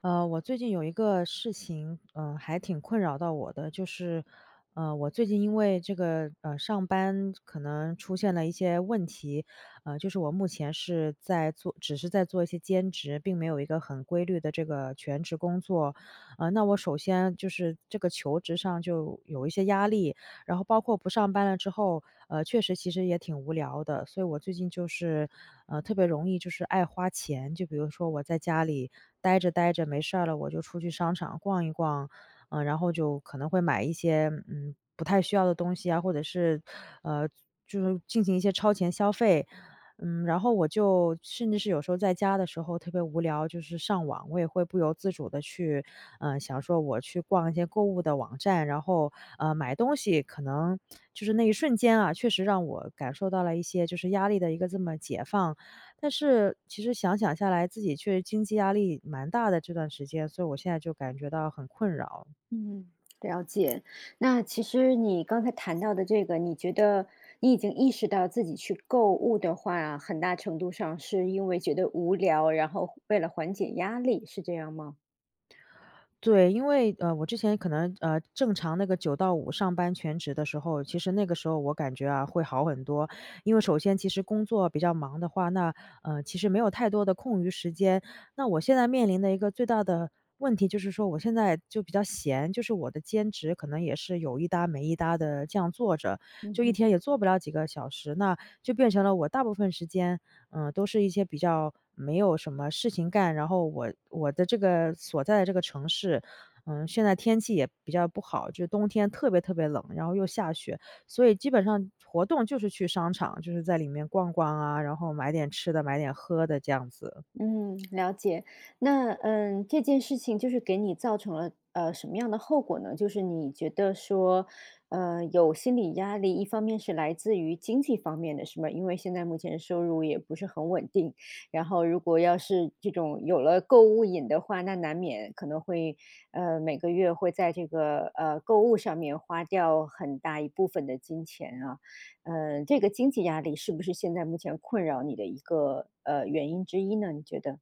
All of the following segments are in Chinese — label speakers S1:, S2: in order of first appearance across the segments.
S1: 我最近有一个事情，还挺困扰到我的，我最近因为这个，上班可能出现了一些问题。就是我目前是在做，只是在做一些兼职，并没有一个很规律的这个全职工作。那我首先就是这个求职上就有一些压力，然后包括不上班了之后，确实其实也挺无聊的，所以我最近特别容易就是爱花钱。就比如说我在家里待着待着没事儿了，我就出去商场逛一逛，然后就可能会买一些，不太需要的东西啊，或者是，呃，就是进行一些超前消费。然后我就甚至是有时候在家的时候特别无聊，就是上网，我也会不由自主的去，想说我去逛一些购物的网站，然后，买东西。可能就是那一瞬间啊，确实让我感受到了一些就是压力的一个这么解放。但是其实想想下来，自己确实经济压力蛮大的这段时间，所以我现在就感觉到很困扰。
S2: 嗯，了解。那其实你刚才谈到的这个，你觉得你已经意识到自己去购物的话，很大程度上是因为觉得无聊，然后为了缓解压力，是这样吗？
S1: 对，因为，我之前可能，正常那个九到五上班全职的时候，其实那个时候我感觉啊，会好很多。因为首先其实工作比较忙的话，那，其实没有太多的空余时间。那我现在面临的一个最大的问题就是说我现在就比较闲，就是我的兼职可能也是有一搭没一搭的这样做着，就一
S2: 嗯
S1: 天也做不了几个小时，那就变成了我大部分时间都是一些比较没有什么事情干，然后我的这个所在的这个城市，现在天气也比较不好，就是冬天特别特别冷，然后又下雪，所以基本上活动就是去商场，就是在里面逛逛啊，然后买点吃的，买点喝的这样子。
S2: 嗯，了解。那这件事情就是给你造成了什么样的后果呢？就是你觉得说，有心理压力，一方面是来自于经济方面的，是吗？因为现在目前收入也不是很稳定，然后如果要是这种有了购物瘾的话，那难免可能会每个月会在这个购物上面花掉很大一部分的金钱啊。这个经济压力是不是现在目前困扰你的一个原因之一呢？你觉得？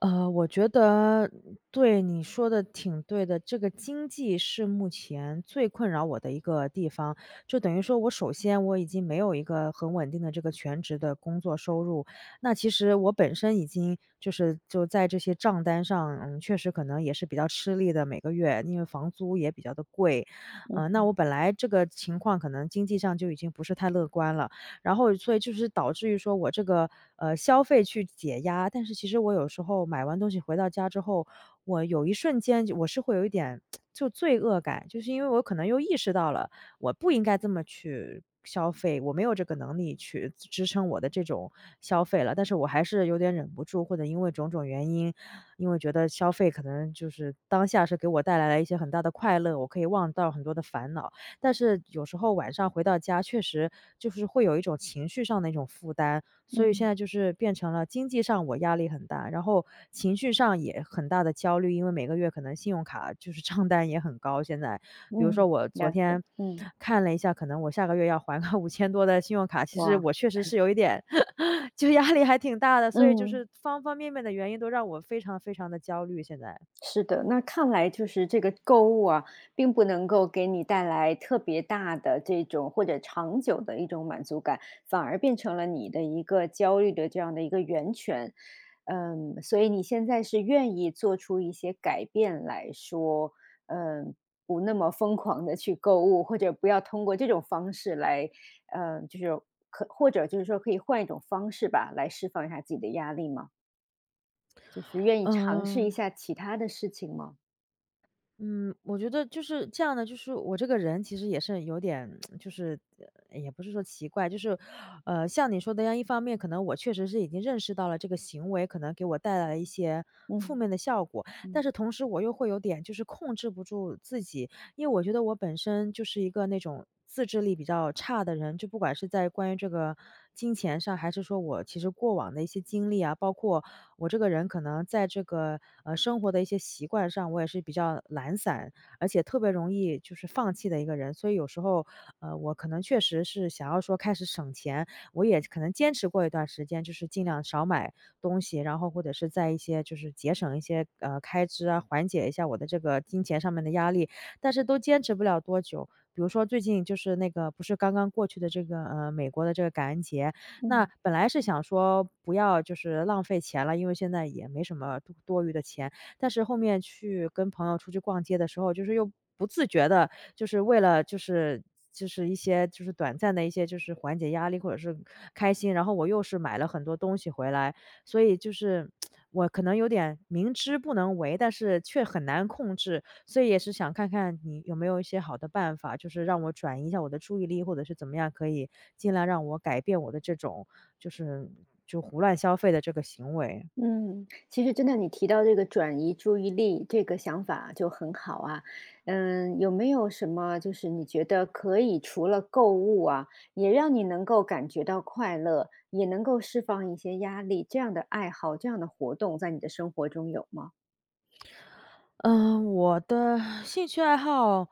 S1: 呃，我觉得对，你说的挺对的。这个经济是目前最困扰我的一个地方，就等于说我首先我已经没有一个很稳定的这个全职的工作收入，那其实我本身已经就是就在这些账单上，确实可能也是比较吃力的，每个月因为房租也比较的贵。那
S2: 嗯
S1: 我本来这个情况可能经济上就已经不是太乐观了，然后所以就是导致于说我这个，消费去解压。但是其实我有时候买完东西回到家之后，我有一瞬间就我是会有一点就罪恶感，就是因为我可能又意识到了，我不应该这么去消费，我没有这个能力去支撑我的这种消费了，但是我还是有点忍不住，或者因为种种原因，因为觉得消费可能就是当下是给我带来了一些很大的快乐，我可以忘掉很多的烦恼，但是有时候晚上回到家，确实就是会有一种情绪上的一种负担，所以现
S2: 嗯
S1: 在就是变成了经济上我压力很大，然后情绪上也很大的焦虑，因为每个月可能信用卡就是 账单也很高。现在，比如说
S2: 嗯。
S1: 我昨
S2: 了解。
S1: 天
S2: 嗯。
S1: 看了一下，可能我下个月要还个 五千多的信用卡，其实
S2: 哇。
S1: 我确实是有一点 就压力还挺大的，所以就
S2: 嗯。
S1: 是方方面面的原因都让我非常非常的焦虑现在。
S2: 是的。那看来就是这个购物啊，并不能够给你带来特别大的这种或者长久的一种满足感，反而变成了你的一个焦虑的这样的一个源泉。所以你现在是愿意做出一些改变来说，嗯，不那么疯狂的去购物，或者不要通过这种方式来，就是或者就是说可以换一种方式吧，来释放一下自己的压力吗？就是愿意尝试一
S1: 嗯。
S2: 下其他的事情吗？
S1: 嗯，我觉得就是这样的，就是我这个人其实也是有点，就是也不是说奇怪，就是，像你说的一样，一方面可能我确实是已经认识到了这个行为可能给我带来了一些负
S2: 嗯，
S1: 面的效果，但
S2: 嗯。
S1: 是同时我又会有点就是控制不住自己，因为我觉得我本身就是一个那种自制力比较差的人，就不管是在关于这个金钱上，还是说我其实过往的一些经历啊，包括我这个人可能在这个，生活的一些习惯上，我也是比较懒散，而且特别容易就是放弃的一个人。所以有时候，我可能确实是想要说开始省钱，我也可能坚持过一段时间，就是尽量少买东西，然后或者是在一些就是节省一些，开支啊，缓解一下我的这个金钱上面的压力，但是都坚持不了多久。比如说最近就是那个不是刚刚过去的这个，美国的这个感恩节，那
S2: 嗯。
S1: 本来是想说不要就是浪费钱了，因为现在也没什么多多余的钱，但是后面去跟朋友出去逛街的时候，又不自觉的，就是为了一些就是短暂的一些就是缓解压力或者是开心，然后我又是买了很多东西回来，所以就是 我可能有点明知不能为，但是却很难控制。所以也是想看看你有没有一些好的办法，就是让我转移一下我的注意力，或者是怎么样可以尽量让我改变我的这种就是就胡乱消费的这个行为。
S2: 嗯，其实真的你提到这个转移注意力这个想法就很好啊。有没有什么就是你觉得可以除了购物啊，也让你能够感觉到快乐，也能够释放一些压力，这样的爱好，这样的活动在你的生活中有吗？
S1: 嗯，我的兴趣爱好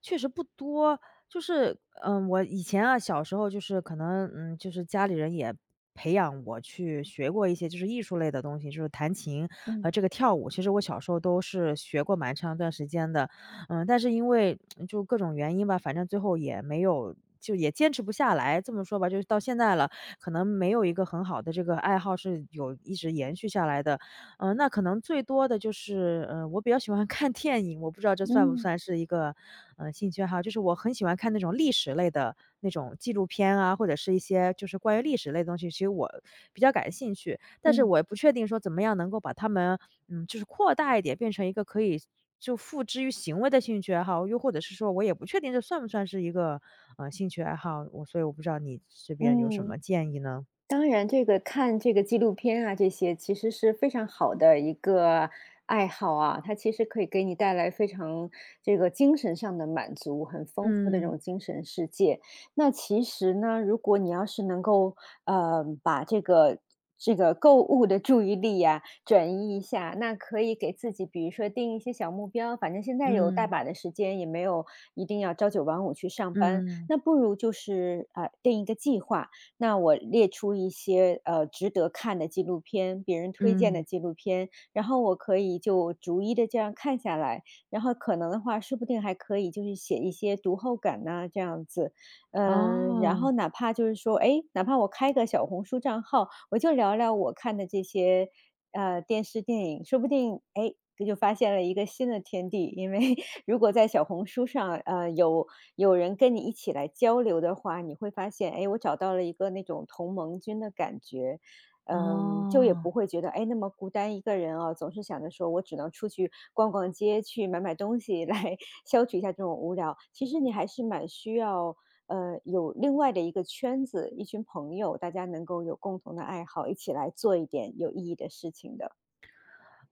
S1: 确实不多，我以前啊，小时候可能就是家里人也培养我去学过一些就是艺术类的东西，就是弹琴和这
S2: 嗯
S1: 个跳舞。其实我小时候都是学过蛮长一段时间的，但是因为就各种原因吧，反正最后也没有。就也坚持不下来，这么说吧，就是到现在了，可能没有一个很好的这个爱好是有一直延续下来的。那可能最多的就是，我比较喜欢 看电影，我不知道这算不
S2: 嗯
S1: 算是一个，兴趣爱好。就是我很喜欢看那种历史类的那种纪录片啊，或者是一些就是关于历史类的东西，其实我比较感兴趣。但是
S2: 嗯。
S1: 我也不确定说怎么样能够把它们，就是扩大一点，变成一个可以就付之于行为的兴趣爱好，又或者是说我也不确定这算不算是一个，兴趣爱好。所以我不知道你这边有什
S2: 嗯。
S1: 么建议呢？
S2: 当然，这个看这个纪录片啊，这些其实是非常好的一个爱好啊，它其实可以给你带来非常这个精神上的满足，很丰富的这
S1: 嗯
S2: 种精神世界。那其实呢，如果你要是能够把这个购物的注意力呀、转移一下，那可以给自己，比如说定一些小目标，反正现在有大
S1: 嗯
S2: 把的时间，也没有一定要朝九晚五去上班，
S1: 嗯
S2: 那不如就是定一个计划。那我列出一些，值得看的纪录片，别人推荐的
S1: 嗯。
S2: 纪录片，然后我可以就逐一的这样看下来，然后可能的话，说不定还可以就是写一些读后感呐，这样子。然
S1: 哦。
S2: 后哪怕就是说，哎，哪怕我开个小红书账号，我就聊聊我看的这些，电视电影，说不定，哎，就发现了一个新的天地，因为如果在小红书上，有人跟你一起来交流的话，你会发现，哎，我找到了一个那种同盟军的感觉。嗯，就也
S1: 哦，
S2: 不会觉得，哎，那么孤单一个人哦，总是想着说我只能出去逛逛街，去买买东西来 消除一下这种无聊。其实你还是蛮需要，有另外的一个圈子，一群朋友，大家能够有共同的爱好，一起来做一点有意义的事情的。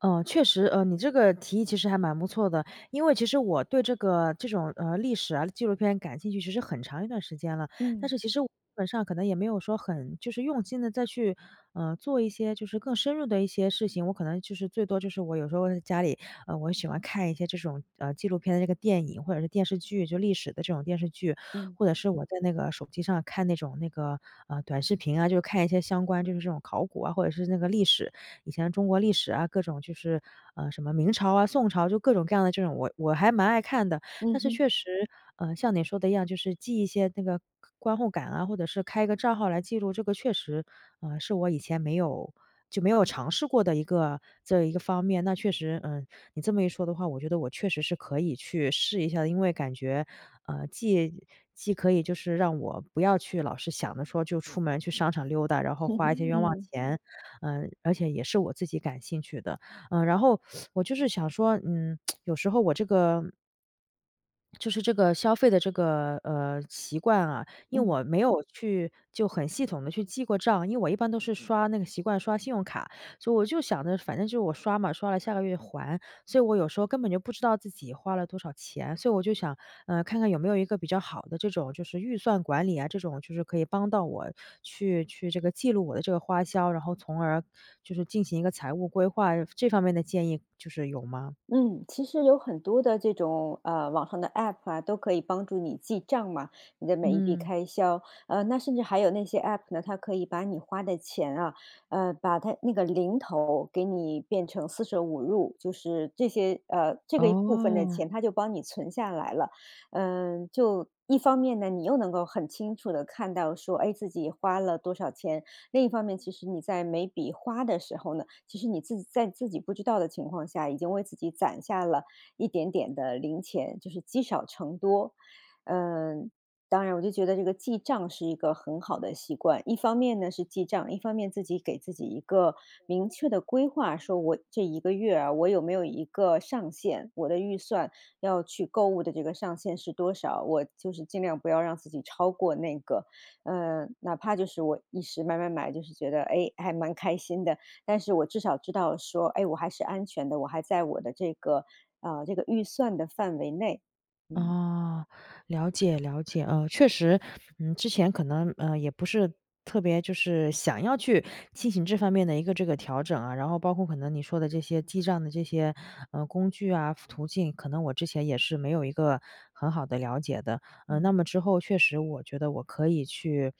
S1: 嗯，确实，你这个提议其实还蛮不错的，因为其实我对这个这种历史啊纪录片感兴趣，其实很长一段时间了，但
S2: 嗯
S1: 是其实我基本上可能也没有说很就是用心的再去做一些就是更深入的一些事情，我可能就是最多就是我有时候在家里我喜欢看一些这种纪录片的这个电影或者是电视剧，就历史的这种电视剧，
S2: 嗯
S1: 或者是我在那个手机上看那种那个短视频啊，就是看一些相关就是这种考古啊或者是那个历史。以前中国历史啊，各种就是，什么明朝啊、宋朝，就各种各样的这种，我还蛮爱看的。
S2: 嗯
S1: 但是
S2: 哼
S1: 确实，像你说的一样，就是记一些那个观后感啊，或者是开一个账号来记录这个，确实，是我以前没有就没有尝试过的一个这一个方面。那确实，你这么一说的话，我觉得我确实是可以去试一下的，因为感觉，呃，既既可以就是让我不要去老是想着说就出门去商场溜达，然 后花一些
S2: 嗯
S1: 冤枉
S2: 嗯
S1: 钱，而且也是我自己感兴趣的。然后我就是想说,有时候我这个就是这个消费的这个，习惯啊，因为
S2: 嗯。
S1: 我没有去就很系统的去记过账，因为我一般都是刷那个习惯刷信用卡，所以我就想着反正就是我刷嘛，刷了下个月还，所以我有时候根本就不知道自己花了多少钱，所以我就想，看看有没有一个比较好的这种就是预算管理啊，这种就是可以帮到我去这个记录我的这个花销，然后从而就是进行一个财务规划，这方面的建议就是有吗？
S2: 嗯，其实有很多的这种网上的 app 啊，都可以帮助你记账嘛，你的每一笔
S1: 嗯，
S2: 开销。那甚至还有那些 app 呢，它可以把你花的钱啊，把它那个零头给你变成四舍五入，就是这些这个一部分的
S1: 哦。
S2: 钱，它就帮你存下来了。嗯。就一方面呢，你又能够很清楚的看到说，哎，自己花了多少钱，另一方面，其实你在每笔花的时候呢，其实你自己在自己不知道的情况下，已经为自己攒下了一点点的零钱，就是积少成多。嗯，当然，我就觉得这个记账是一个很好的习惯。一方面呢是记账，一方面自己给自己一个明确的规划，说我这一个月啊，我有没有一个上限，我的预算要去购物的这个上限是多少，我就是尽量不要让自己超过那个哪怕就是我一时买买买，就是觉得哎诶还蛮开心的，但是我至少知道说，哎，我还是安全的，我还在我的这个这个预算的范围内。嗯
S1: 哦，了解了解，确实，之前可能，也不是特别就是想要去进行这方面的一个这个调整啊，然后包括可能你说的这些记账的这些，工具啊、途径，可能我之前也是没有一个很好的了解的。嗯，那
S2: 嗯
S1: 么之后确实我觉得我可以去，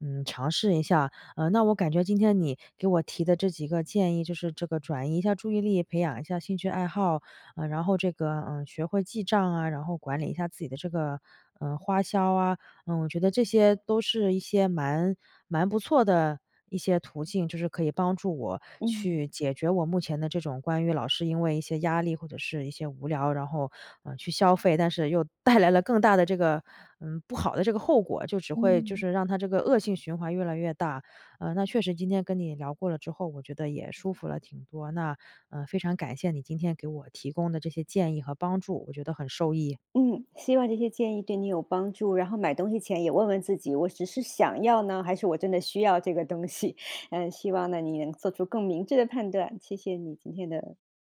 S1: 尝试一下。那我感觉今天你给我提的这几个建议，就是这个转移一下注意力，培养一下兴趣爱好，然后这个，学会记账啊，然后管理一下自己的这个，花销啊，我觉得这些都是一些蛮不错的一些途径，就是可以帮助我
S2: 嗯
S1: 去解决我目前的这种关于老是因为一些压力或者是一些无聊，然后，去消费，但是又 带来了更大的这个，不好的这个后果，就只会就
S2: 嗯。
S1: 是让他这个恶性循环越来越大。那确实今天跟你聊过了之后，我觉得也舒服了挺多。那，非常感谢你今天给我提供的这些建议和帮助，我觉得很受益啊。
S2: 嗯，希望这些建议对你有帮助。然后买东西前也问问自己，我只是想要呢，还是我真的需要这个东西？希望呢你能做出更明智的判断。谢谢你今天的